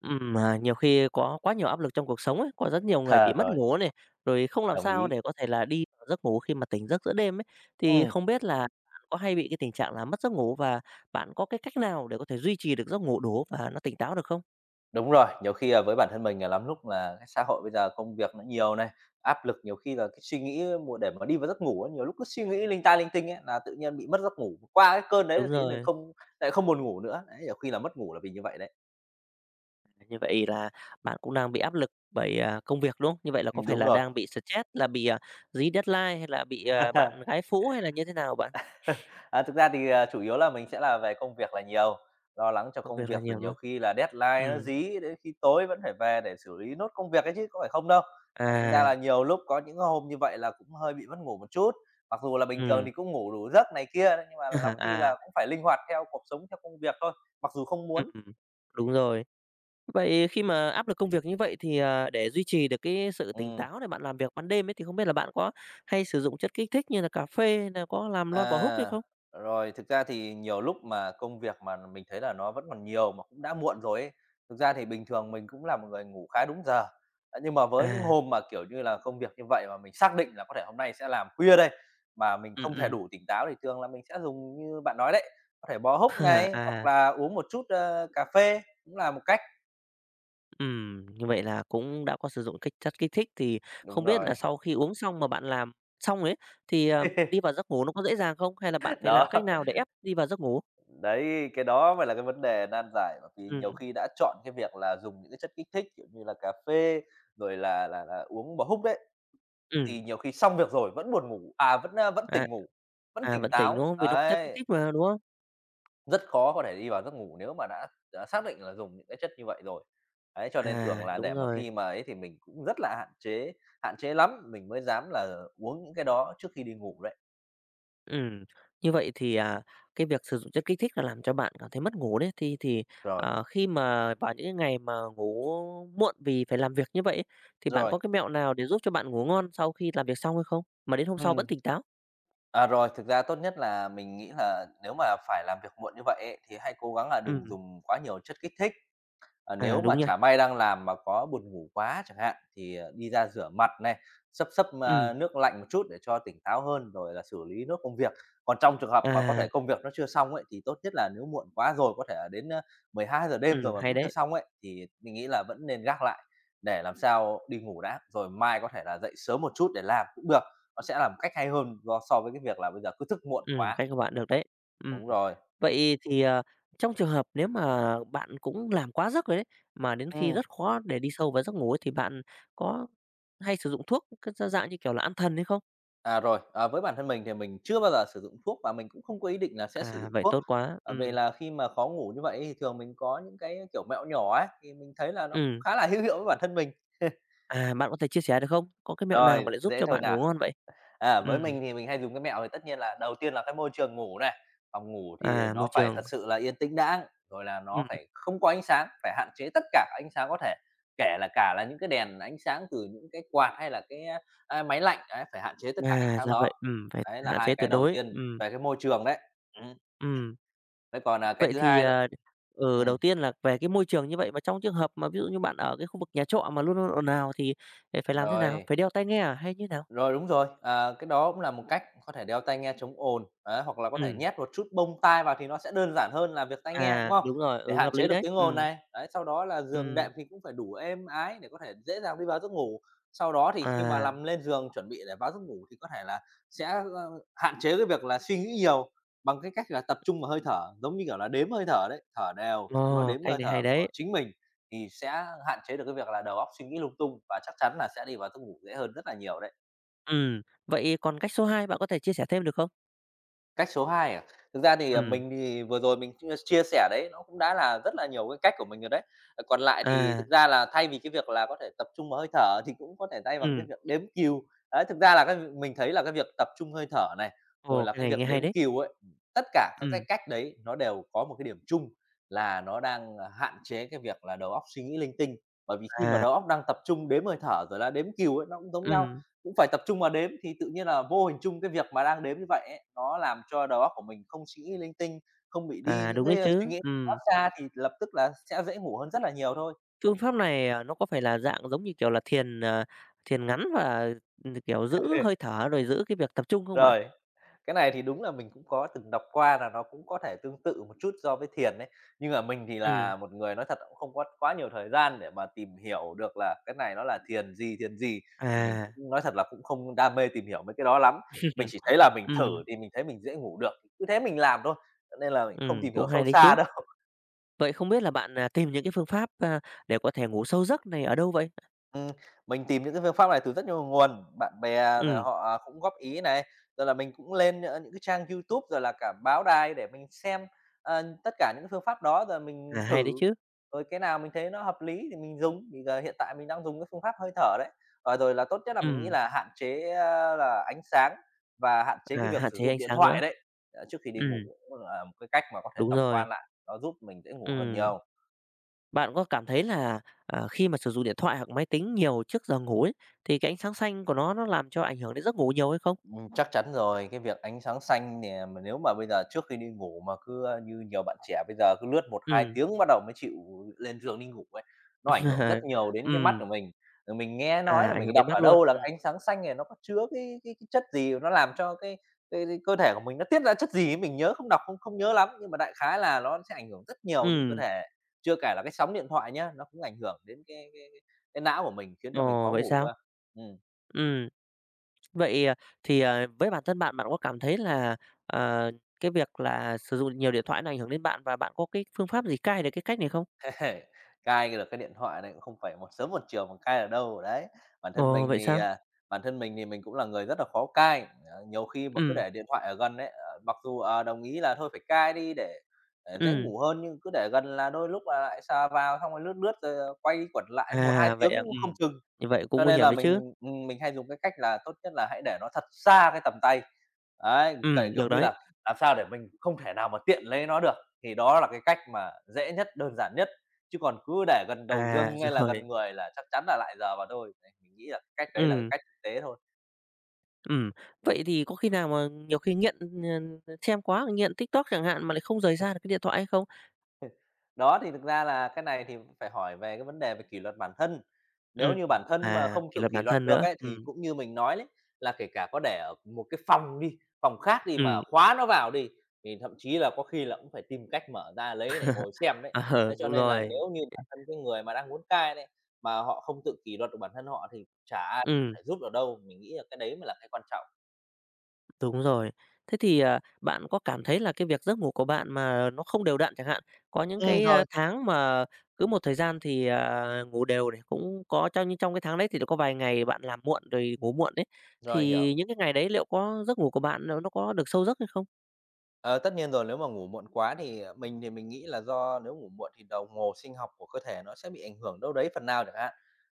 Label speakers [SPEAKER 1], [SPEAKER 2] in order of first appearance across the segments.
[SPEAKER 1] À, nhiều khi có quá nhiều áp lực trong cuộc sống ấy, có rất nhiều người bị
[SPEAKER 2] À,
[SPEAKER 1] mất
[SPEAKER 2] rồi,
[SPEAKER 1] ngủ này, rồi không làm
[SPEAKER 2] đồng
[SPEAKER 1] sao
[SPEAKER 2] ý.
[SPEAKER 1] để có thể là đi vào giấc ngủ khi mà tỉnh giấc giữa đêm ấy. Thì
[SPEAKER 2] Ừm,
[SPEAKER 1] không biết là bạn có hay bị cái tình trạng là mất giấc ngủ và bạn có cái cách nào để có thể duy trì được giấc ngủ đủ và nó tỉnh táo được không?
[SPEAKER 2] đúng rồi, nhiều khi là với bản thân mình, lắm lúc là cái xã hội bây giờ công việc nó nhiều này, áp lực, nhiều khi là cái suy nghĩ mùa để mà đi vào giấc ngủ á, nhiều lúc cứ suy nghĩ linh ta linh tinh ấy, là tự nhiên bị mất giấc ngủ. Qua cái cơn đấy
[SPEAKER 1] Đúng
[SPEAKER 2] thì nhiên mình
[SPEAKER 1] rồi,
[SPEAKER 2] không lại không buồn ngủ nữa, đấy, nhiều khi là mất ngủ là vì như vậy đấy.
[SPEAKER 1] như vậy là bạn cũng đang bị áp lực bởi, à, công việc, đúng không? Như vậy là có phải
[SPEAKER 2] Đúng
[SPEAKER 1] là
[SPEAKER 2] rồi.
[SPEAKER 1] đang bị stress, là dí deadline hay là bạn gái phũ hay là như thế nào bạn?
[SPEAKER 2] À, thực ra thì, chủ yếu là mình sẽ là về công việc là nhiều, lo lắng cho
[SPEAKER 1] Công
[SPEAKER 2] công
[SPEAKER 1] việc là
[SPEAKER 2] việc, rồi
[SPEAKER 1] nhiều, đúng
[SPEAKER 2] nhiều khi là
[SPEAKER 1] không?
[SPEAKER 2] deadline nó
[SPEAKER 1] Ừm,
[SPEAKER 2] dí đến khi tối vẫn phải về để xử lý nốt công việc ấy chứ có phải không đâu. Đấy, thành ra
[SPEAKER 1] à,
[SPEAKER 2] là nhiều lúc có những hôm như vậy là cũng hơi bị mất ngủ một chút, mặc dù là bình thường
[SPEAKER 1] ừm,
[SPEAKER 2] thì cũng ngủ đủ giấc này kia, đấy, nhưng mà lắm khi
[SPEAKER 1] à,
[SPEAKER 2] là cũng phải linh hoạt theo cuộc sống, theo công việc thôi, mặc dù không muốn.
[SPEAKER 1] ừm, đúng rồi. Vậy khi mà áp lực công việc như vậy thì, à, để duy trì được cái sự tỉnh
[SPEAKER 2] Ừm.
[SPEAKER 1] táo để bạn làm việc ban đêm ấy, thì không biết là bạn có hay sử dụng chất kích thích như là cà phê hay là có làm lon bò húc hay
[SPEAKER 2] À,
[SPEAKER 1] không?
[SPEAKER 2] rồi, thực ra thì nhiều lúc mà công việc mà mình thấy là nó vẫn còn nhiều mà cũng đã muộn rồi ấy. Thực ra thì bình thường mình cũng là một người ngủ khá đúng giờ. Ờ, nhưng mà với những
[SPEAKER 1] À,
[SPEAKER 2] hôm mà, kiểu như là, công việc như vậy mà mình xác định là có thể hôm nay sẽ làm khuya đây, mà mình
[SPEAKER 1] ừm,
[SPEAKER 2] không thể
[SPEAKER 1] ừm,
[SPEAKER 2] đủ tỉnh táo thì thường là mình sẽ dùng như bạn nói đấy, có thể bó húc này, hoặc
[SPEAKER 1] à,
[SPEAKER 2] là uống một chút, ơ, cà phê cũng là một cách.
[SPEAKER 1] như vậy là cũng đã có sử dụng cái chất kích thích thì không
[SPEAKER 2] Đúng
[SPEAKER 1] biết là
[SPEAKER 2] rồi.
[SPEAKER 1] sau khi uống xong mà bạn làm xong ấy, thì, à, đi vào giấc ngủ nó có dễ dàng không? Hay là bạn phải
[SPEAKER 2] Đó.
[SPEAKER 1] làm cách nào để ép đi vào giấc ngủ?
[SPEAKER 2] Đấy, cái đó mới là cái vấn đề nan giải, bởi vì nhiều
[SPEAKER 1] Ừm,
[SPEAKER 2] khi đã chọn cái việc là dùng những cái chất kích thích, kiểu như là cà phê, rồi là uống bò húc đấy,
[SPEAKER 1] ừm,
[SPEAKER 2] thì nhiều khi xong việc rồi vẫn buồn ngủ, à, vẫn
[SPEAKER 1] à,
[SPEAKER 2] tỉnh ngủ, vẫn
[SPEAKER 1] à,
[SPEAKER 2] tỉnh
[SPEAKER 1] vẫn tỉnh,
[SPEAKER 2] táo.
[SPEAKER 1] đúng không? Vì nó có chất kích
[SPEAKER 2] Đấy,
[SPEAKER 1] thích mà, đúng không?
[SPEAKER 2] rất khó có thể đi vào giấc ngủ nếu mà đã xác định là dùng những cái chất như vậy rồi. Đấy, cho nên
[SPEAKER 1] À,
[SPEAKER 2] thường là
[SPEAKER 1] đúng
[SPEAKER 2] để mà
[SPEAKER 1] rồi.
[SPEAKER 2] khi mà ấy thì mình cũng rất là hạn chế lắm, mình mới dám là uống những cái đó trước khi đi ngủ đấy.
[SPEAKER 1] Ừm, như vậy thì, à, cái việc sử dụng chất kích thích là làm cho bạn cảm thấy mất ngủ đấy,
[SPEAKER 2] Rồi,
[SPEAKER 1] ờ, khi mà vào những cái ngày mà ngủ muộn vì phải làm việc như vậy ấy, thì bạn
[SPEAKER 2] rồi,
[SPEAKER 1] có cái mẹo nào để giúp cho bạn ngủ ngon sau khi làm việc xong hay không? Mà đến hôm sau vẫn
[SPEAKER 2] ừm.
[SPEAKER 1] tỉnh táo?
[SPEAKER 2] À, rồi, thực ra tốt nhất là mình nghĩ là nếu mà phải làm việc muộn như vậy ấy, thì hãy cố gắng là đừng
[SPEAKER 1] Ừm,
[SPEAKER 2] dùng quá nhiều chất kích thích. Ờ,
[SPEAKER 1] à,
[SPEAKER 2] nếu mà
[SPEAKER 1] đúng nha.
[SPEAKER 2] chả may đang làm mà có buồn ngủ quá chẳng hạn, thì, đi ra rửa mặt này, xấp xấp,
[SPEAKER 1] Ừm,
[SPEAKER 2] nước lạnh một chút để cho tỉnh táo hơn, rồi là xử lý nốt công việc. Còn trong trường hợp mà có thể
[SPEAKER 1] à,
[SPEAKER 2] công việc nó chưa xong ấy, thì tốt nhất là nếu muộn quá rồi, có thể là đến, 12 giờ đêm rồi mà
[SPEAKER 1] hay
[SPEAKER 2] vẫn chưa
[SPEAKER 1] đấy.
[SPEAKER 2] xong ấy, thì mình nghĩ là vẫn nên gác lại để làm sao đi ngủ đã, rồi mai có thể là dậy sớm một chút để làm cũng được. Nó sẽ làm cách hay hơn do so với cái việc là bây giờ cứ thức muộn quá.
[SPEAKER 1] Cách của bạn được đấy. Ừm,
[SPEAKER 2] Đúng rồi.
[SPEAKER 1] vậy thì, ờ, trong trường hợp nếu mà bạn cũng làm quá giấc rồi đấy, mà đến khi
[SPEAKER 2] Ừm.
[SPEAKER 1] rất khó để đi sâu vào giấc ngủ ấy thì bạn có hay sử dụng thuốc cái dạng như kiểu là an thần hay không?
[SPEAKER 2] À, rồi, với bản thân mình thì mình chưa bao giờ sử dụng thuốc và mình cũng không có ý định là sẽ sử
[SPEAKER 1] À,
[SPEAKER 2] dụng
[SPEAKER 1] vậy
[SPEAKER 2] thuốc.
[SPEAKER 1] tốt quá.
[SPEAKER 2] Bởi vì là khi mà khó ngủ như vậy thì thường mình có những cái, kiểu, mẹo nhỏ ấy, thì mình thấy là nó cũng
[SPEAKER 1] Ừm.
[SPEAKER 2] khá là hữu hiệu với bản thân mình.
[SPEAKER 1] À, bạn có thể chia sẻ được không? Có cái mẹo nào
[SPEAKER 2] Rồi,
[SPEAKER 1] mà lại giúp
[SPEAKER 2] dễ
[SPEAKER 1] cho
[SPEAKER 2] thôi
[SPEAKER 1] bạn
[SPEAKER 2] nào.
[SPEAKER 1] ngủ ngon vậy?
[SPEAKER 2] À, với
[SPEAKER 1] Ừm,
[SPEAKER 2] mình thì mình hay dùng cái mẹo thì tất nhiên là đầu tiên là cái môi trường ngủ này, phòng ngủ thì
[SPEAKER 1] à, môi
[SPEAKER 2] nó phải thật
[SPEAKER 1] trường,
[SPEAKER 2] sự là yên tĩnh đã, rồi là nó
[SPEAKER 1] ừm,
[SPEAKER 2] phải không có ánh sáng, phải hạn chế tất cả ánh sáng có thể, kể là cả là những cái đèn ánh sáng từ những cái quạt hay là cái, máy lạnh, đấy, phải hạn chế tất cả ánh
[SPEAKER 1] à,
[SPEAKER 2] sáng
[SPEAKER 1] ra vậy,
[SPEAKER 2] đó.
[SPEAKER 1] phải
[SPEAKER 2] Đấy là
[SPEAKER 1] hạn
[SPEAKER 2] hai
[SPEAKER 1] chế
[SPEAKER 2] cái
[SPEAKER 1] tuyệt
[SPEAKER 2] đầu
[SPEAKER 1] đối.
[SPEAKER 2] tiên về cái môi trường đấy. Ừm,
[SPEAKER 1] Ừm.
[SPEAKER 2] thế còn, cái
[SPEAKER 1] Vậy
[SPEAKER 2] thứ
[SPEAKER 1] thì,
[SPEAKER 2] hai nữa
[SPEAKER 1] à, ừ,
[SPEAKER 2] ừm,
[SPEAKER 1] đầu tiên là về cái môi trường như vậy, và trong trường hợp mà ví dụ như bạn ở cái khu vực nhà trọ mà luôn luôn ồn ào thì phải làm thế nào?
[SPEAKER 2] rồi.
[SPEAKER 1] Phải đeo tai nghe à, hay như nào?
[SPEAKER 2] Rồi, đúng rồi. À, cái đó cũng là một cách, có thể đeo tai nghe chống ồn, ấy, hoặc là có thể
[SPEAKER 1] Ừm,
[SPEAKER 2] nhét một chút bông tai vào thì nó sẽ đơn giản hơn là việc tai nghe, đúng
[SPEAKER 1] à,
[SPEAKER 2] không?
[SPEAKER 1] đúng rồi,
[SPEAKER 2] Để
[SPEAKER 1] ừ,
[SPEAKER 2] hạn
[SPEAKER 1] hợp
[SPEAKER 2] chế
[SPEAKER 1] lý
[SPEAKER 2] được
[SPEAKER 1] đấy.
[SPEAKER 2] tiếng ồn này. Đấy, sau đó là giường
[SPEAKER 1] Ừm,
[SPEAKER 2] đệm thì cũng phải đủ êm ái để có thể dễ dàng đi vào giấc ngủ. Sau đó thì khi mà
[SPEAKER 1] à,
[SPEAKER 2] nằm lên giường chuẩn bị để vào giấc ngủ thì có thể là sẽ, ơ, hạn chế cái việc là suy nghĩ nhiều bằng cái cách là tập trung vào hơi thở, giống như kiểu là đếm hơi thở đấy, thở đều, sau đó
[SPEAKER 1] ồ,
[SPEAKER 2] đếm
[SPEAKER 1] cách
[SPEAKER 2] hơi
[SPEAKER 1] này hay
[SPEAKER 2] thở
[SPEAKER 1] đấy.
[SPEAKER 2] của chính mình thì sẽ hạn chế được cái việc là đầu óc suy nghĩ lung tung và chắc chắn là sẽ đi vào giấc ngủ dễ hơn rất là nhiều đấy.
[SPEAKER 1] Vậy còn cách số 2 bạn có thể chia sẻ thêm được không?
[SPEAKER 2] Cách số 2 à? Thực ra thì,
[SPEAKER 1] Ừm,
[SPEAKER 2] mình thì vừa rồi mình chia chia sẻ đấy, nó cũng đã là rất là nhiều cái cách của mình rồi đấy. Ờ, còn lại thì thực
[SPEAKER 1] à.
[SPEAKER 2] ra là thay vì cái việc là có thể tập trung vào hơi thở thì cũng có thể thay bằng cái
[SPEAKER 1] Ừm,
[SPEAKER 2] việc đếm cừu. Đấy, thực ra là cái việc mình thấy là cái việc tập trung hơi thở này, rồi
[SPEAKER 1] ồ,
[SPEAKER 2] là
[SPEAKER 1] cái
[SPEAKER 2] cái
[SPEAKER 1] này
[SPEAKER 2] việc
[SPEAKER 1] nghe hay
[SPEAKER 2] đếm
[SPEAKER 1] đấy.
[SPEAKER 2] cừu ấy, tất cả các
[SPEAKER 1] Ừm,
[SPEAKER 2] cái cách đấy nó đều có một cái điểm chung là nó đang, hạn chế cái việc là đầu óc suy nghĩ linh tinh. Bởi vì khi mà
[SPEAKER 1] à,
[SPEAKER 2] đầu óc đang tập trung đếm hơi thở rồi là đếm cừu ấy, nó cũng giống nhau.
[SPEAKER 1] ừm,
[SPEAKER 2] Cũng phải tập trung vào đếm thì tự nhiên là vô hình chung cái việc mà đang đếm như vậy ấy, nó làm cho đầu óc của mình không suy nghĩ linh tinh, không bị đi
[SPEAKER 1] à,
[SPEAKER 2] những
[SPEAKER 1] đúng đấy
[SPEAKER 2] cái, suy
[SPEAKER 1] chứ.
[SPEAKER 2] nghĩ quá xa thì lập tức là sẽ dễ ngủ hơn rất là nhiều thôi.
[SPEAKER 1] Phương pháp này, à, nó có phải là dạng giống như, kiểu là, thiền, ờ, thiền ngắn và, kiểu, giữ hơi thở rồi giữ cái việc tập trung không bạn?
[SPEAKER 2] Rồi. Cái này thì đúng là mình cũng có từng đọc qua là nó cũng có thể tương tự một chút so với thiền đấy. Nhưng mà mình thì
[SPEAKER 1] Ừm,
[SPEAKER 2] là một người nói thật là cũng không có quá nhiều thời gian để mà tìm hiểu được là cái này nó là thiền gì, thiền gì. Thì mình
[SPEAKER 1] à,
[SPEAKER 2] cũng nói thật là cũng không đam mê tìm hiểu mấy cái đó lắm. Mình chỉ thấy là mình thử
[SPEAKER 1] ừm,
[SPEAKER 2] thì mình thấy mình dễ ngủ được, cứ thế mình làm thôi, cho nên là mình không tìm
[SPEAKER 1] cũng
[SPEAKER 2] hiểu
[SPEAKER 1] hay
[SPEAKER 2] sâu
[SPEAKER 1] đấy
[SPEAKER 2] xa
[SPEAKER 1] chứ.
[SPEAKER 2] đâu.
[SPEAKER 1] Vậy không biết là bạn, à, tìm những cái phương pháp, a, để có thể ngủ sâu giấc này ở đâu vậy?
[SPEAKER 2] Ừm, mình tìm những cái phương pháp này từ rất nhiều nguồn, bạn bè rồi
[SPEAKER 1] Ừm,
[SPEAKER 2] họ cũng góp ý này, rồi là mình cũng lên, ơ, những cái trang YouTube rồi là cả báo đài để mình xem, tất cả những cái phương pháp đó rồi
[SPEAKER 1] à,
[SPEAKER 2] mình
[SPEAKER 1] hay đấy
[SPEAKER 2] thử.
[SPEAKER 1] chứ.
[SPEAKER 2] Rồi cái nào mình thấy nó hợp lý thì mình dùng, thì giờ hiện tại mình đang dùng cái phương pháp hơi thở đấy. Ờ, rồi là tốt nhất là mình nghĩ
[SPEAKER 1] Ừm,
[SPEAKER 2] là hạn chế, là ánh sáng và hạn chế cái
[SPEAKER 1] à,
[SPEAKER 2] việc
[SPEAKER 1] hạn
[SPEAKER 2] sử
[SPEAKER 1] chế ánh
[SPEAKER 2] dụng điện
[SPEAKER 1] sáng
[SPEAKER 2] thoại
[SPEAKER 1] nữa.
[SPEAKER 2] đấy, trước khi đi ngủ
[SPEAKER 1] Ừm,
[SPEAKER 2] cũng là một cái cách mà có thể
[SPEAKER 1] đúng
[SPEAKER 2] tổng
[SPEAKER 1] rồi,
[SPEAKER 2] quan lại, nó giúp mình dễ ngủ hơn
[SPEAKER 1] ừm.
[SPEAKER 2] nhiều.
[SPEAKER 1] Bạn có cảm thấy là, à, khi mà sử dụng điện thoại hoặc máy tính nhiều trước giờ ngủ ấy, thì cái ánh sáng xanh của nó làm cho ảnh hưởng đến giấc ngủ nhiều hay không?
[SPEAKER 2] Chắc chắn rồi, cái việc ánh sáng xanh nè, mà nếu mà bây giờ trước khi đi ngủ mà cứ, như nhiều bạn trẻ bây giờ cứ lướt một 2
[SPEAKER 1] Ừ.
[SPEAKER 2] tiếng bắt đầu mới chịu lên giường đi ngủ ấy, nó ảnh hưởng rất nhiều đến cái mắt
[SPEAKER 1] Ừ.
[SPEAKER 2] của mình. Rồi mình nghe nói
[SPEAKER 1] À,
[SPEAKER 2] là
[SPEAKER 1] ảnh
[SPEAKER 2] mình
[SPEAKER 1] hưởng đến
[SPEAKER 2] đọc
[SPEAKER 1] mắt
[SPEAKER 2] ở
[SPEAKER 1] luôn.
[SPEAKER 2] đâu
[SPEAKER 1] Ừ.
[SPEAKER 2] là ánh sáng xanh này nó có chứa cái chất gì, nó làm cho cái cơ thể của mình nó tiết ra chất gì ấy, mình nhớ không đọc không không nhớ lắm, nhưng mà đại khái là nó sẽ ảnh hưởng rất nhiều đến cơ
[SPEAKER 1] Ừm,
[SPEAKER 2] thể. Chưa kể là cái sóng điện thoại nhá, nó cũng ảnh hưởng đến cái não của mình, khiến cho mình
[SPEAKER 1] ồ,
[SPEAKER 2] khó
[SPEAKER 1] vậy
[SPEAKER 2] ngủ
[SPEAKER 1] sao?
[SPEAKER 2] cơ. Ừm.
[SPEAKER 1] Ừ. Vậy, à, thì, à, với bản thân bạn, bạn có cảm thấy là, ờ, cái việc là sử dụng nhiều điện thoại nó ảnh hưởng đến bạn và bạn có cái phương pháp gì cai được cái cách này không?
[SPEAKER 2] Cai được cái điện thoại này cũng không phải một sớm một chiều mà cai được đâu, đấy. Bản thân
[SPEAKER 1] Ồ,
[SPEAKER 2] mình
[SPEAKER 1] vậy
[SPEAKER 2] thì,
[SPEAKER 1] sao?
[SPEAKER 2] à, bản thân mình thì mình cũng là người rất là khó cai. Nhiều khi mà cứ
[SPEAKER 1] Ừ.
[SPEAKER 2] để điện thoại ở gần đấy, mặc dù, đồng ý là thôi phải cai đi để dễ
[SPEAKER 1] Ừ.
[SPEAKER 2] ngủ hơn, nhưng cứ để gần là đôi lúc là lại sờ vào xong rồi lướt lướt rồi, quay quẩn lại một hai
[SPEAKER 1] À, vậy
[SPEAKER 2] tiếng
[SPEAKER 1] à,
[SPEAKER 2] không chừng.
[SPEAKER 1] như vậy cũng
[SPEAKER 2] Cho
[SPEAKER 1] nguy
[SPEAKER 2] nên
[SPEAKER 1] hiểm
[SPEAKER 2] là
[SPEAKER 1] đấy chứ.
[SPEAKER 2] mình hay dùng cái cách là tốt nhất là hãy để nó thật xa cái tầm tay. Đấy,
[SPEAKER 1] Ừ.
[SPEAKER 2] kể kiểu
[SPEAKER 1] Được
[SPEAKER 2] như
[SPEAKER 1] đấy.
[SPEAKER 2] là, làm sao để mình không thể nào mà tiện lấy nó được, thì đó là cái cách mà dễ nhất, đơn giản nhất, chứ còn cứ để gần đầu
[SPEAKER 1] À,
[SPEAKER 2] giường hay là
[SPEAKER 1] rồi,
[SPEAKER 2] gần người là chắc chắn là lại giờ vào thôi. Đấy, mình nghĩ là cái cách đấy là cái
[SPEAKER 1] Ừ.
[SPEAKER 2] cách thực tế thôi.
[SPEAKER 1] Ừm, vậy thì có khi nào mà nhiều khi nghiện, ờ, xem quá, nghiện TikTok chẳng hạn mà lại không rời ra được cái điện thoại hay không?
[SPEAKER 2] Đó, thì thực ra là cái này thì phải hỏi về cái vấn đề về kỷ luật bản thân. Nếu
[SPEAKER 1] Ừm,
[SPEAKER 2] như bản thân mà
[SPEAKER 1] à,
[SPEAKER 2] không
[SPEAKER 1] kỷ
[SPEAKER 2] tự
[SPEAKER 1] luật
[SPEAKER 2] kỷ
[SPEAKER 1] bản
[SPEAKER 2] luật
[SPEAKER 1] thân
[SPEAKER 2] được
[SPEAKER 1] nữa.
[SPEAKER 2] ấy, thì cũng như mình nói đấy, là kể cả có để ở một cái phòng đi, phòng khác đi mà
[SPEAKER 1] Ừm,
[SPEAKER 2] khóa nó vào đi, thì thậm chí là có khi là cũng phải tìm cách mở ra lấy để ngồi xem đấy.
[SPEAKER 1] ờ,
[SPEAKER 2] Thế cho
[SPEAKER 1] đúng
[SPEAKER 2] nên là
[SPEAKER 1] rồi.
[SPEAKER 2] nếu như bản thân cái người mà đang muốn cai đấy, mà họ không tự kỷ luật được bản thân họ thì chả ai
[SPEAKER 1] Ừm,
[SPEAKER 2] phải giúp được đâu, mình nghĩ là cái đấy mới là cái quan trọng.
[SPEAKER 1] đúng rồi. Thế thì, à, bạn có cảm thấy là cái việc giấc ngủ của bạn mà nó không đều đặn chẳng hạn, có những cái, a,
[SPEAKER 2] Rồi,
[SPEAKER 1] tháng mà cứ một thời gian thì, à, ngủ đều này, cũng có trong như trong cái tháng đấy thì có vài ngày bạn làm muộn rồi ngủ muộn đấy
[SPEAKER 2] rồi, hiểu.
[SPEAKER 1] thì những cái ngày đấy liệu có giấc ngủ của bạn nó có được sâu giấc hay không?
[SPEAKER 2] Ờ, tất nhiên rồi, nếu mà ngủ muộn quá thì, ờ, mình thì mình nghĩ là do nếu ngủ muộn thì đồng hồ sinh học của cơ thể nó sẽ bị ảnh hưởng đâu đấy phần nào chẳng hạn.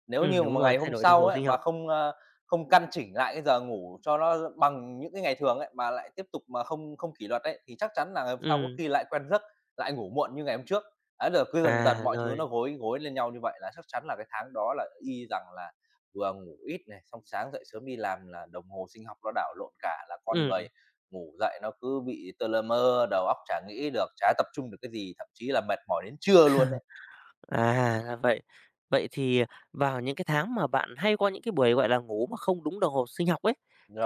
[SPEAKER 2] Nếu như
[SPEAKER 1] Đúng
[SPEAKER 2] mà
[SPEAKER 1] rồi,
[SPEAKER 2] ngày
[SPEAKER 1] thay
[SPEAKER 2] hôm
[SPEAKER 1] đổi đồng
[SPEAKER 2] sau
[SPEAKER 1] hồ
[SPEAKER 2] ấy,
[SPEAKER 1] sinh học.
[SPEAKER 2] mà không căn chỉnh lại cái giờ ngủ cho nó bằng những cái ngày thường ấy, mà lại tiếp tục mà không không kỷ luật ấy, thì chắc chắn là ngày hôm sau có
[SPEAKER 1] Ừm,
[SPEAKER 2] khi lại quen giấc, lại ngủ muộn như ngày hôm trước. Ấy, rồi cứ dần dần
[SPEAKER 1] à,
[SPEAKER 2] mọi thứ nó
[SPEAKER 1] rồi,
[SPEAKER 2] gối gối lên nhau như vậy là chắc chắn là cái tháng đó là y rằng là vừa ngủ ít này, xong sáng dậy sớm đi làm là đồng hồ sinh học nó đảo lộn cả, là con
[SPEAKER 1] ừm,
[SPEAKER 2] người ngủ dậy nó cứ bị tơ lơ mơ, đầu óc chả nghĩ được, chả tập trung được cái gì, thậm chí là mệt mỏi đến trưa luôn đấy.
[SPEAKER 1] à, ra vậy. Vậy thì à, vào những cái tháng mà bạn hay có những cái buổi, gọi là, ngủ mà không đúng đồng hồ sinh học ấy,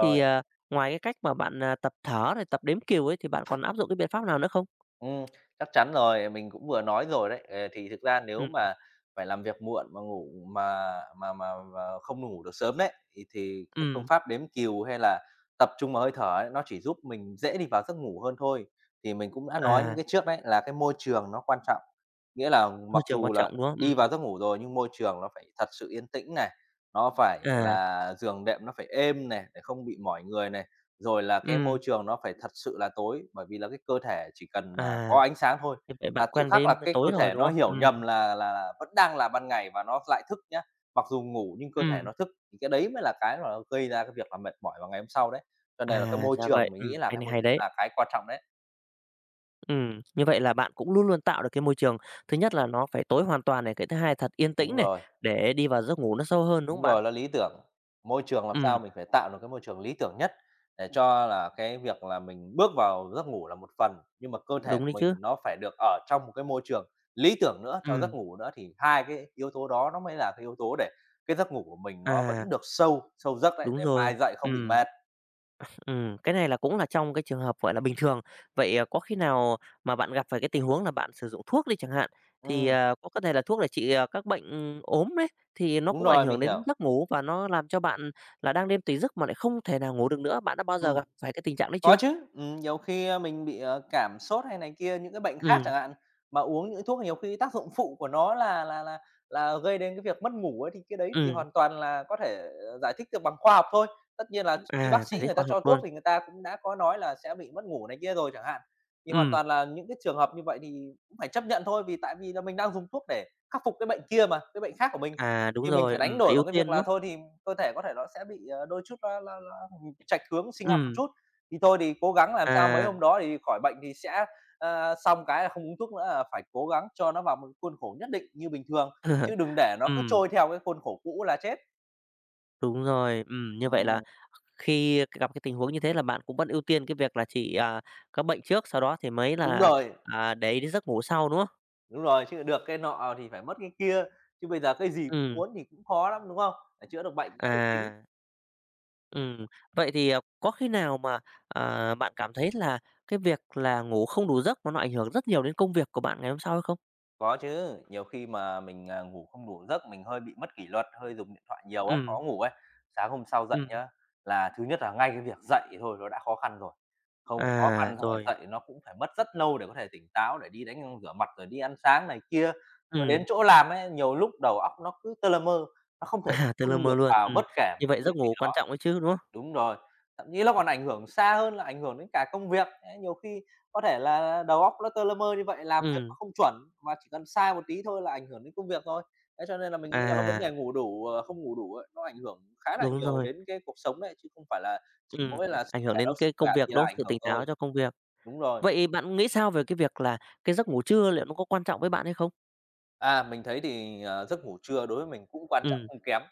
[SPEAKER 1] thì, ờ, ngoài cái cách mà bạn, à, tập thở rồi tập đếm cừu ấy, thì bạn còn áp dụng cái biện pháp nào nữa không?
[SPEAKER 2] Ừm, Chắc chắn rồi, mình cũng vừa nói rồi đấy. Ờ, thì thực ra nếu
[SPEAKER 1] Ừm,
[SPEAKER 2] mà phải làm việc muộn mà ngủ mà không ngủ được sớm đấy, thì cái phương
[SPEAKER 1] ừm,
[SPEAKER 2] pháp đếm cừu hay là tập trung vào hơi thở ấy, nó chỉ giúp mình dễ đi vào giấc ngủ hơn thôi. Thì mình cũng đã nói những
[SPEAKER 1] à,
[SPEAKER 2] cái trước đấy là cái môi trường nó quan trọng, nghĩa là
[SPEAKER 1] môi
[SPEAKER 2] mặc
[SPEAKER 1] trường quan
[SPEAKER 2] dù
[SPEAKER 1] trọng,
[SPEAKER 2] là
[SPEAKER 1] đúng không?
[SPEAKER 2] đi vào giấc ngủ rồi nhưng môi trường nó phải thật sự yên tĩnh này, nó phải
[SPEAKER 1] À,
[SPEAKER 2] là giường đệm nó phải êm này, để không bị mỏi người này. Rồi là cái môi
[SPEAKER 1] ừm,
[SPEAKER 2] trường nó phải thật sự là tối, bởi vì là cái cơ thể chỉ cần là có
[SPEAKER 1] à,
[SPEAKER 2] ánh sáng thôi
[SPEAKER 1] như vậy bạn
[SPEAKER 2] là tự
[SPEAKER 1] quen
[SPEAKER 2] khắc
[SPEAKER 1] với
[SPEAKER 2] là cái cơ
[SPEAKER 1] tối rồi,
[SPEAKER 2] thể
[SPEAKER 1] đúng
[SPEAKER 2] nó
[SPEAKER 1] không?
[SPEAKER 2] hiểu nhầm là là vẫn đang là ban ngày và nó lại thức nhá. Mặc dù ngủ nhưng cơ thể
[SPEAKER 1] Ừm,
[SPEAKER 2] nó thức, thì cái đấy mới là cái mà nó gây ra cái việc là mệt mỏi vào ngày hôm sau đấy. Cho nên là cái
[SPEAKER 1] à,
[SPEAKER 2] môi
[SPEAKER 1] ra
[SPEAKER 2] trường
[SPEAKER 1] vậy,
[SPEAKER 2] mình nghĩ là
[SPEAKER 1] cái
[SPEAKER 2] cái
[SPEAKER 1] này
[SPEAKER 2] môi
[SPEAKER 1] hay đấy.
[SPEAKER 2] là cái quan trọng đấy.
[SPEAKER 1] Ừ, như vậy là bạn cũng luôn luôn tạo được cái môi trường, thứ nhất là nó phải tối hoàn toàn này, cái thứ hai thật yên tĩnh
[SPEAKER 2] Đúng
[SPEAKER 1] này,
[SPEAKER 2] rồi.
[SPEAKER 1] để đi vào giấc ngủ nó sâu hơn, đúng không
[SPEAKER 2] Đúng
[SPEAKER 1] bạn?
[SPEAKER 2] rồi, nó lý tưởng. Môi trường làm
[SPEAKER 1] Ừ,
[SPEAKER 2] sao mình phải tạo được cái môi trường lý tưởng nhất để cho là cái việc là mình bước vào giấc ngủ là một phần, nhưng mà cơ thể
[SPEAKER 1] đúng
[SPEAKER 2] của
[SPEAKER 1] đấy chứ.
[SPEAKER 2] mình nó phải được ở trong một cái môi trường lý tưởng nữa cho
[SPEAKER 1] Ừ,
[SPEAKER 2] giấc ngủ nữa, thì hai cái yếu tố đó nó mới là cái yếu tố để cái giấc ngủ của mình nó
[SPEAKER 1] à,
[SPEAKER 2] vẫn được sâu, sâu giấc đấy,
[SPEAKER 1] đúng
[SPEAKER 2] để
[SPEAKER 1] rồi.
[SPEAKER 2] mai dậy
[SPEAKER 1] Ừ.
[SPEAKER 2] không bị mệt.
[SPEAKER 1] Ừ, cái này là cũng là trong cái trường hợp, gọi là, bình thường. Vậy, à, có khi nào mà bạn gặp phải cái tình huống là bạn sử dụng thuốc đi chẳng hạn, thì,
[SPEAKER 2] Ừm,
[SPEAKER 1] à, có thể là thuốc để trị, à, các bệnh ốm đấy, thì nó
[SPEAKER 2] đúng
[SPEAKER 1] cũng ảnh
[SPEAKER 2] rồi,
[SPEAKER 1] hưởng
[SPEAKER 2] mình
[SPEAKER 1] đến
[SPEAKER 2] hiểu.
[SPEAKER 1] giấc ngủ và nó làm cho bạn là đang đêm tì giấc mà lại không thể nào ngủ được nữa, bạn đã bao giờ
[SPEAKER 2] Ừm.
[SPEAKER 1] gặp phải cái tình trạng đấy
[SPEAKER 2] Có
[SPEAKER 1] chưa?
[SPEAKER 2] chứ, nhiều khi, mình bị, cảm sốt hay này kia, những cái bệnh khác
[SPEAKER 1] Ừ.
[SPEAKER 2] chẳng hạn, mà uống những thuốc nhiều khi tác dụng phụ của nó là gây đến cái việc mất ngủ ấy, thì cái đấy thì
[SPEAKER 1] Ừ.
[SPEAKER 2] hoàn toàn là có thể giải thích được bằng khoa học thôi. Tất nhiên là khi bác
[SPEAKER 1] À, giải
[SPEAKER 2] sĩ
[SPEAKER 1] thích
[SPEAKER 2] người ta
[SPEAKER 1] khoa học
[SPEAKER 2] cho thuốc
[SPEAKER 1] luôn.
[SPEAKER 2] thì người ta cũng đã có nói là sẽ bị mất ngủ này kia rồi chẳng hạn, thì hoàn
[SPEAKER 1] Ừm,
[SPEAKER 2] toàn là những cái trường hợp như vậy thì cũng phải chấp nhận thôi, vì tại vì là mình đang dùng thuốc để khắc phục cái bệnh kia mà, cái bệnh khác của mình,
[SPEAKER 1] à, đúng
[SPEAKER 2] thì mình
[SPEAKER 1] rồi,
[SPEAKER 2] phải đánh
[SPEAKER 1] phải
[SPEAKER 2] đổi
[SPEAKER 1] ưu
[SPEAKER 2] bằng cái
[SPEAKER 1] tiên,
[SPEAKER 2] việc là
[SPEAKER 1] đúng không?
[SPEAKER 2] thôi thì cơ thể có thể nó sẽ bị, đôi chút là nó hướng sinh học một
[SPEAKER 1] Ừm,
[SPEAKER 2] chút. Thì thôi thì cố gắng làm sao mấy
[SPEAKER 1] à,
[SPEAKER 2] hôm đó thì khỏi bệnh thì sẽ, xong cái là không uống thuốc nữa, là phải cố gắng cho nó vào một khuôn khổ nhất định như bình thường, chứ đừng để nó cứ
[SPEAKER 1] ừm,
[SPEAKER 2] trôi theo cái khuôn khổ cũ là chết.
[SPEAKER 1] đúng rồi, như vậy là
[SPEAKER 2] Ừm,
[SPEAKER 1] khi gặp cái tình huống như thế là bạn cũng vẫn ưu tiên cái việc là chỉ, à, các bệnh trước, sau đó thì mới
[SPEAKER 2] đúng
[SPEAKER 1] là,
[SPEAKER 2] rồi,
[SPEAKER 1] à, để ý đến giấc ngủ sau, đúng không?
[SPEAKER 2] đúng rồi, chứ được cái nọ thì phải mất cái kia, chứ bây giờ cái gì cũng
[SPEAKER 1] Ừm,
[SPEAKER 2] muốn thì cũng khó lắm, đúng không? Phải chữa được bệnh đã rồi tính.
[SPEAKER 1] à, ừm, vậy thì, à, có khi nào mà, à, bạn cảm thấy là cái việc là ngủ không đủ giấc mà nó ảnh hưởng rất nhiều đến công việc của bạn ngày hôm sau hay không?
[SPEAKER 2] Có chứ, nhiều khi mà mình, ngủ không đủ giấc, mình hơi bị mất kỷ luật, hơi dùng điện thoại nhiều ấy, khó
[SPEAKER 1] Ừm,
[SPEAKER 2] ngủ ấy, sáng hôm sau dậy
[SPEAKER 1] ừm,
[SPEAKER 2] nhá, là thứ nhất là ngay cái việc dậy thôi nó đã khó khăn rồi, không khó khăn
[SPEAKER 1] à,
[SPEAKER 2] xong rồi
[SPEAKER 1] rồi,
[SPEAKER 2] dậy nó cũng phải mất rất lâu để có thể tỉnh táo để đi đánh răng rửa mặt, rồi đi ăn sáng này kia. Rồi
[SPEAKER 1] ừm.
[SPEAKER 2] đến chỗ làm ấy, nhiều lúc đầu óc nó cứ tơ lơ mơ, nó không thể tập
[SPEAKER 1] À, từ lơ
[SPEAKER 2] trung
[SPEAKER 1] mơ
[SPEAKER 2] được
[SPEAKER 1] luôn,
[SPEAKER 2] vào
[SPEAKER 1] ừm.
[SPEAKER 2] bất kể
[SPEAKER 1] Như
[SPEAKER 2] một cái
[SPEAKER 1] vậy
[SPEAKER 2] việc.
[SPEAKER 1] giấc ngủ quan trọng ấy chứ, đúng không?
[SPEAKER 2] Đúng rồi, thậm chí nó còn ảnh hưởng xa hơn là ảnh hưởng đến cả công việc. Đấy, nhiều khi có thể là đầu óc nó tơ lơ mơ như vậy, làm việc nó
[SPEAKER 1] Ừm,
[SPEAKER 2] không chuẩn mà chỉ cần sai một tí thôi là ảnh hưởng đến công việc thôi. Thế cho nên là mình nghĩ là cái vấn
[SPEAKER 1] à,
[SPEAKER 2] đề ngủ đủ, không ngủ đủ ấy, nó ảnh hưởng khá là
[SPEAKER 1] đúng
[SPEAKER 2] nhiều
[SPEAKER 1] rồi,
[SPEAKER 2] đến cái cuộc sống đấy, chứ không phải là chỉ
[SPEAKER 1] ừm,
[SPEAKER 2] mỗi là sức
[SPEAKER 1] ảnh hưởng
[SPEAKER 2] khỏe
[SPEAKER 1] đến
[SPEAKER 2] đâu, sức
[SPEAKER 1] cái
[SPEAKER 2] khỏe
[SPEAKER 1] công việc,
[SPEAKER 2] thì
[SPEAKER 1] đúng
[SPEAKER 2] là
[SPEAKER 1] không?
[SPEAKER 2] ảnh
[SPEAKER 1] Sự
[SPEAKER 2] hưởng
[SPEAKER 1] tỉnh táo
[SPEAKER 2] thôi.
[SPEAKER 1] cho công việc.
[SPEAKER 2] Đúng rồi.
[SPEAKER 1] Vậy bạn nghĩ sao về cái việc là cái giấc ngủ trưa liệu nó có quan trọng với bạn hay không?
[SPEAKER 2] Mình thấy thì, giấc ngủ trưa đối với mình cũng quan trọng
[SPEAKER 1] Ừm,
[SPEAKER 2] không kém,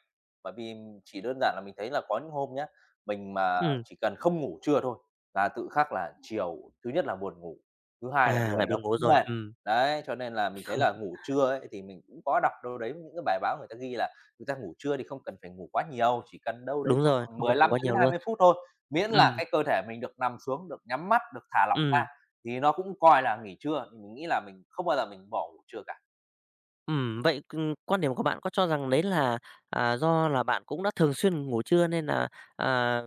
[SPEAKER 2] bởi vì chỉ đơn giản là mình thấy là có những hôm nhá, mình mà
[SPEAKER 1] ừm,
[SPEAKER 2] chỉ cần không ngủ trưa thôi là tự khắc là chiều thứ nhất là buồn ngủ, thứ hai là
[SPEAKER 1] à, lại
[SPEAKER 2] người nó
[SPEAKER 1] buồn ngủ
[SPEAKER 2] cũng
[SPEAKER 1] rồi,
[SPEAKER 2] mệt.
[SPEAKER 1] ừm.
[SPEAKER 2] Đấy, cho nên là mình thấy là ngủ trưa ấy thì mình cũng có đọc đâu đấy những cái bài báo người ta ghi là người ta ngủ trưa thì không cần phải ngủ quá nhiều, chỉ cần đâu đấy
[SPEAKER 1] Đúng rồi,
[SPEAKER 2] khoảng
[SPEAKER 1] không
[SPEAKER 2] mười
[SPEAKER 1] cần ngủ
[SPEAKER 2] lăm
[SPEAKER 1] quá
[SPEAKER 2] cho đến
[SPEAKER 1] nhiều
[SPEAKER 2] hai
[SPEAKER 1] luôn.
[SPEAKER 2] mươi phút thôi, miễn là
[SPEAKER 1] Ừm,
[SPEAKER 2] cái cơ thể mình được nằm xuống, được nhắm mắt, được thả lỏng ra
[SPEAKER 1] ừm,
[SPEAKER 2] thì nó cũng coi là nghỉ trưa. Thì mình nghĩ là mình không bao giờ mình bỏ ngủ trưa cả.
[SPEAKER 1] vậy, quan điểm của bạn có cho rằng đấy là, à, do là bạn cũng đã thường xuyên ngủ trưa nên là, à,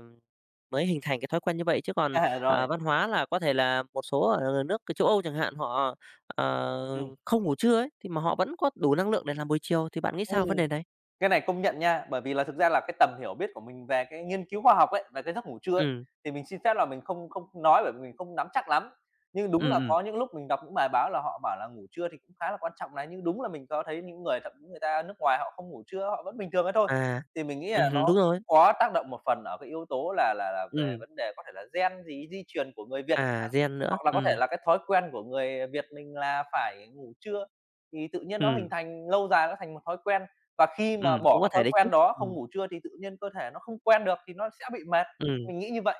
[SPEAKER 1] mới hình thành cái thói quen như vậy, chứ còn,
[SPEAKER 2] À, rồi,
[SPEAKER 1] à, văn hóa là có thể là một số ở nước cái châu Âu chẳng hạn, họ, ờ,
[SPEAKER 2] ừm,
[SPEAKER 1] không ngủ trưa ấy, thì mà họ vẫn có đủ năng lượng để làm buổi chiều, thì bạn nghĩ
[SPEAKER 2] ừm.
[SPEAKER 1] sao vấn đề này?
[SPEAKER 2] Cái này công nhận nha, bởi vì là thực ra là cái tầm hiểu biết của mình về cái nghiên cứu khoa học ấy, về cái giấc ngủ trưa ấy,
[SPEAKER 1] Ừ,
[SPEAKER 2] thì mình xin phép là mình không không nói bởi vì mình không nắm chắc lắm. Nhưng
[SPEAKER 1] ừ,
[SPEAKER 2] đúng là có những lúc mình đọc những bài báo là họ bảo là ngủ trưa thì cũng khá là quan trọng này, nhưng đúng là mình có thấy những người thậm chí người ta nước ngoài họ không ngủ trưa, họ vẫn bình thường ấy thôi.
[SPEAKER 1] à,
[SPEAKER 2] Thì mình nghĩ là nó
[SPEAKER 1] ừm, đúng rồi,
[SPEAKER 2] cũng có tác động một phần ở cái yếu tố là về
[SPEAKER 1] ừ,
[SPEAKER 2] vấn đề có thể là gen gì, di truyền của người Việt chẳng
[SPEAKER 1] à,
[SPEAKER 2] hạn,
[SPEAKER 1] gen nữa,
[SPEAKER 2] hoặc là có thể
[SPEAKER 1] ừ,
[SPEAKER 2] là cái thói quen của người Việt mình là phải ngủ trưa, thì tự nhiên nó
[SPEAKER 1] ừ,
[SPEAKER 2] hình thành lâu dài nó thành một thói quen. Và khi mà bỏ
[SPEAKER 1] cũng có
[SPEAKER 2] cái
[SPEAKER 1] thể
[SPEAKER 2] thói
[SPEAKER 1] đấy chứ,
[SPEAKER 2] quen đó,
[SPEAKER 1] ừ,
[SPEAKER 2] không ngủ trưa thì tự nhiên cơ thể nó không quen được thì nó sẽ bị mệt,
[SPEAKER 1] ừm,
[SPEAKER 2] mình nghĩ như vậy.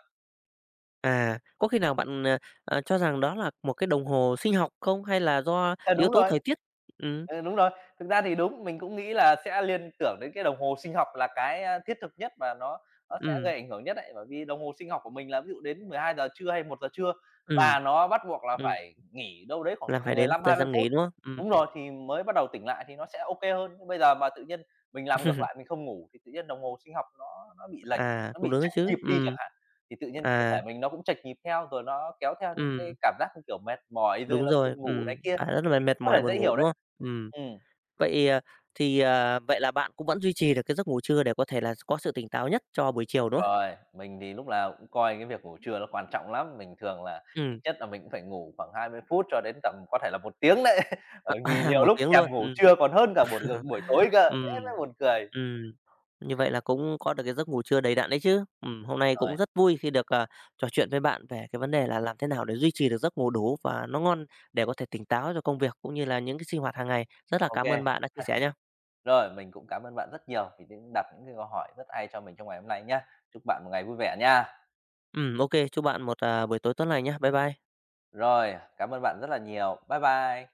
[SPEAKER 1] à, có khi nào bạn, ờ, cho rằng đó là một cái đồng hồ sinh học không, hay là do
[SPEAKER 2] Ờ,
[SPEAKER 1] yếu
[SPEAKER 2] đúng
[SPEAKER 1] tố
[SPEAKER 2] rồi.
[SPEAKER 1] thời tiết? Ừ,
[SPEAKER 2] Ừ, đúng rồi. Thực ra thì đúng, mình cũng nghĩ là sẽ liên tưởng đến cái đồng hồ sinh học là cái, thiết thực nhất và nó sẽ
[SPEAKER 1] ừ,
[SPEAKER 2] gây ảnh hưởng nhất đấy. Bởi vì đồng hồ sinh học của mình là ví dụ đến 12 giờ trưa hay 1 giờ trưa
[SPEAKER 1] ừ,
[SPEAKER 2] là nó bắt buộc là
[SPEAKER 1] ừm,
[SPEAKER 2] phải nghỉ đâu đấy khoảng
[SPEAKER 1] là
[SPEAKER 2] tầm
[SPEAKER 1] phải đến thời
[SPEAKER 2] 15-20
[SPEAKER 1] gian
[SPEAKER 2] phút.
[SPEAKER 1] nghỉ, đúng không?
[SPEAKER 2] Đúng
[SPEAKER 1] Ừm.
[SPEAKER 2] rồi, thì mới bắt đầu tỉnh lại thì nó sẽ ô kê hơn. Nhưng bây giờ mà tự nhiên mình làm ngược lại, mình không ngủ thì tự nhiên đồng hồ sinh học nó bị lệch,
[SPEAKER 1] À,
[SPEAKER 2] nó
[SPEAKER 1] cũng
[SPEAKER 2] bị
[SPEAKER 1] đúng đấy
[SPEAKER 2] chệch
[SPEAKER 1] chứ,
[SPEAKER 2] nhịp đi chẳng
[SPEAKER 1] ừm.
[SPEAKER 2] hạn, thì tự nhiên cơ
[SPEAKER 1] À,
[SPEAKER 2] thể mình nó cũng chệch nhịp theo, rồi nó kéo theo những cái
[SPEAKER 1] ừm,
[SPEAKER 2] cảm giác như kiểu mệt mỏi, rồi
[SPEAKER 1] đúng
[SPEAKER 2] là buồn
[SPEAKER 1] rồi,
[SPEAKER 2] ngủ này kia.
[SPEAKER 1] à, rất là
[SPEAKER 2] Thì
[SPEAKER 1] mệt
[SPEAKER 2] cũng có
[SPEAKER 1] mỏi,
[SPEAKER 2] thể
[SPEAKER 1] buồn
[SPEAKER 2] dễ
[SPEAKER 1] ngủ,
[SPEAKER 2] hiểu
[SPEAKER 1] đúng
[SPEAKER 2] đấy.
[SPEAKER 1] không?
[SPEAKER 2] Ừm.
[SPEAKER 1] Vậy, à, thì, à, vậy là bạn cũng vẫn duy trì được cái giấc ngủ trưa để có thể là có sự tỉnh táo nhất cho buổi
[SPEAKER 2] Đúng
[SPEAKER 1] chiều, đúng không?
[SPEAKER 2] rồi, mình thì lúc nào cũng coi cái việc ngủ trưa nó quan trọng lắm, mình thường là ít
[SPEAKER 1] Ừm,
[SPEAKER 2] nhất là mình cũng phải ngủ khoảng 20 phút cho đến tầm có thể là 1 tiếng đấy, bởi vì
[SPEAKER 1] à, à,
[SPEAKER 2] nhiều
[SPEAKER 1] 1
[SPEAKER 2] lúc
[SPEAKER 1] tiếng
[SPEAKER 2] thèm
[SPEAKER 1] luôn,
[SPEAKER 2] ngủ trưa còn hơn cả buổi buổi tối cơ,
[SPEAKER 1] Ừm,
[SPEAKER 2] thế mới buồn cười.
[SPEAKER 1] ừm, như vậy là cũng có được cái giấc ngủ trưa đầy đặn đấy chứ. Hôm nay
[SPEAKER 2] Rồi.
[SPEAKER 1] cũng rất vui khi được, à, trò chuyện với bạn về cái vấn đề là làm thế nào để duy trì được giấc ngủ đủ và nó ngon để có thể tỉnh táo cho công việc cũng như là những cái sinh hoạt hàng ngày. Rất là
[SPEAKER 2] Ok.
[SPEAKER 1] cảm ơn bạn đã chia sẻ nha.
[SPEAKER 2] Rồi mình cũng cảm ơn bạn rất nhiều vì những cái câu hỏi rất hay cho mình trong ngày hôm nay nhá. Chúc bạn một ngày vui vẻ nha.
[SPEAKER 1] Ok, chúc bạn một, à, buổi tối tốt lành nhé, bye bye.
[SPEAKER 2] Rồi, cảm ơn bạn rất là nhiều. Bye bye.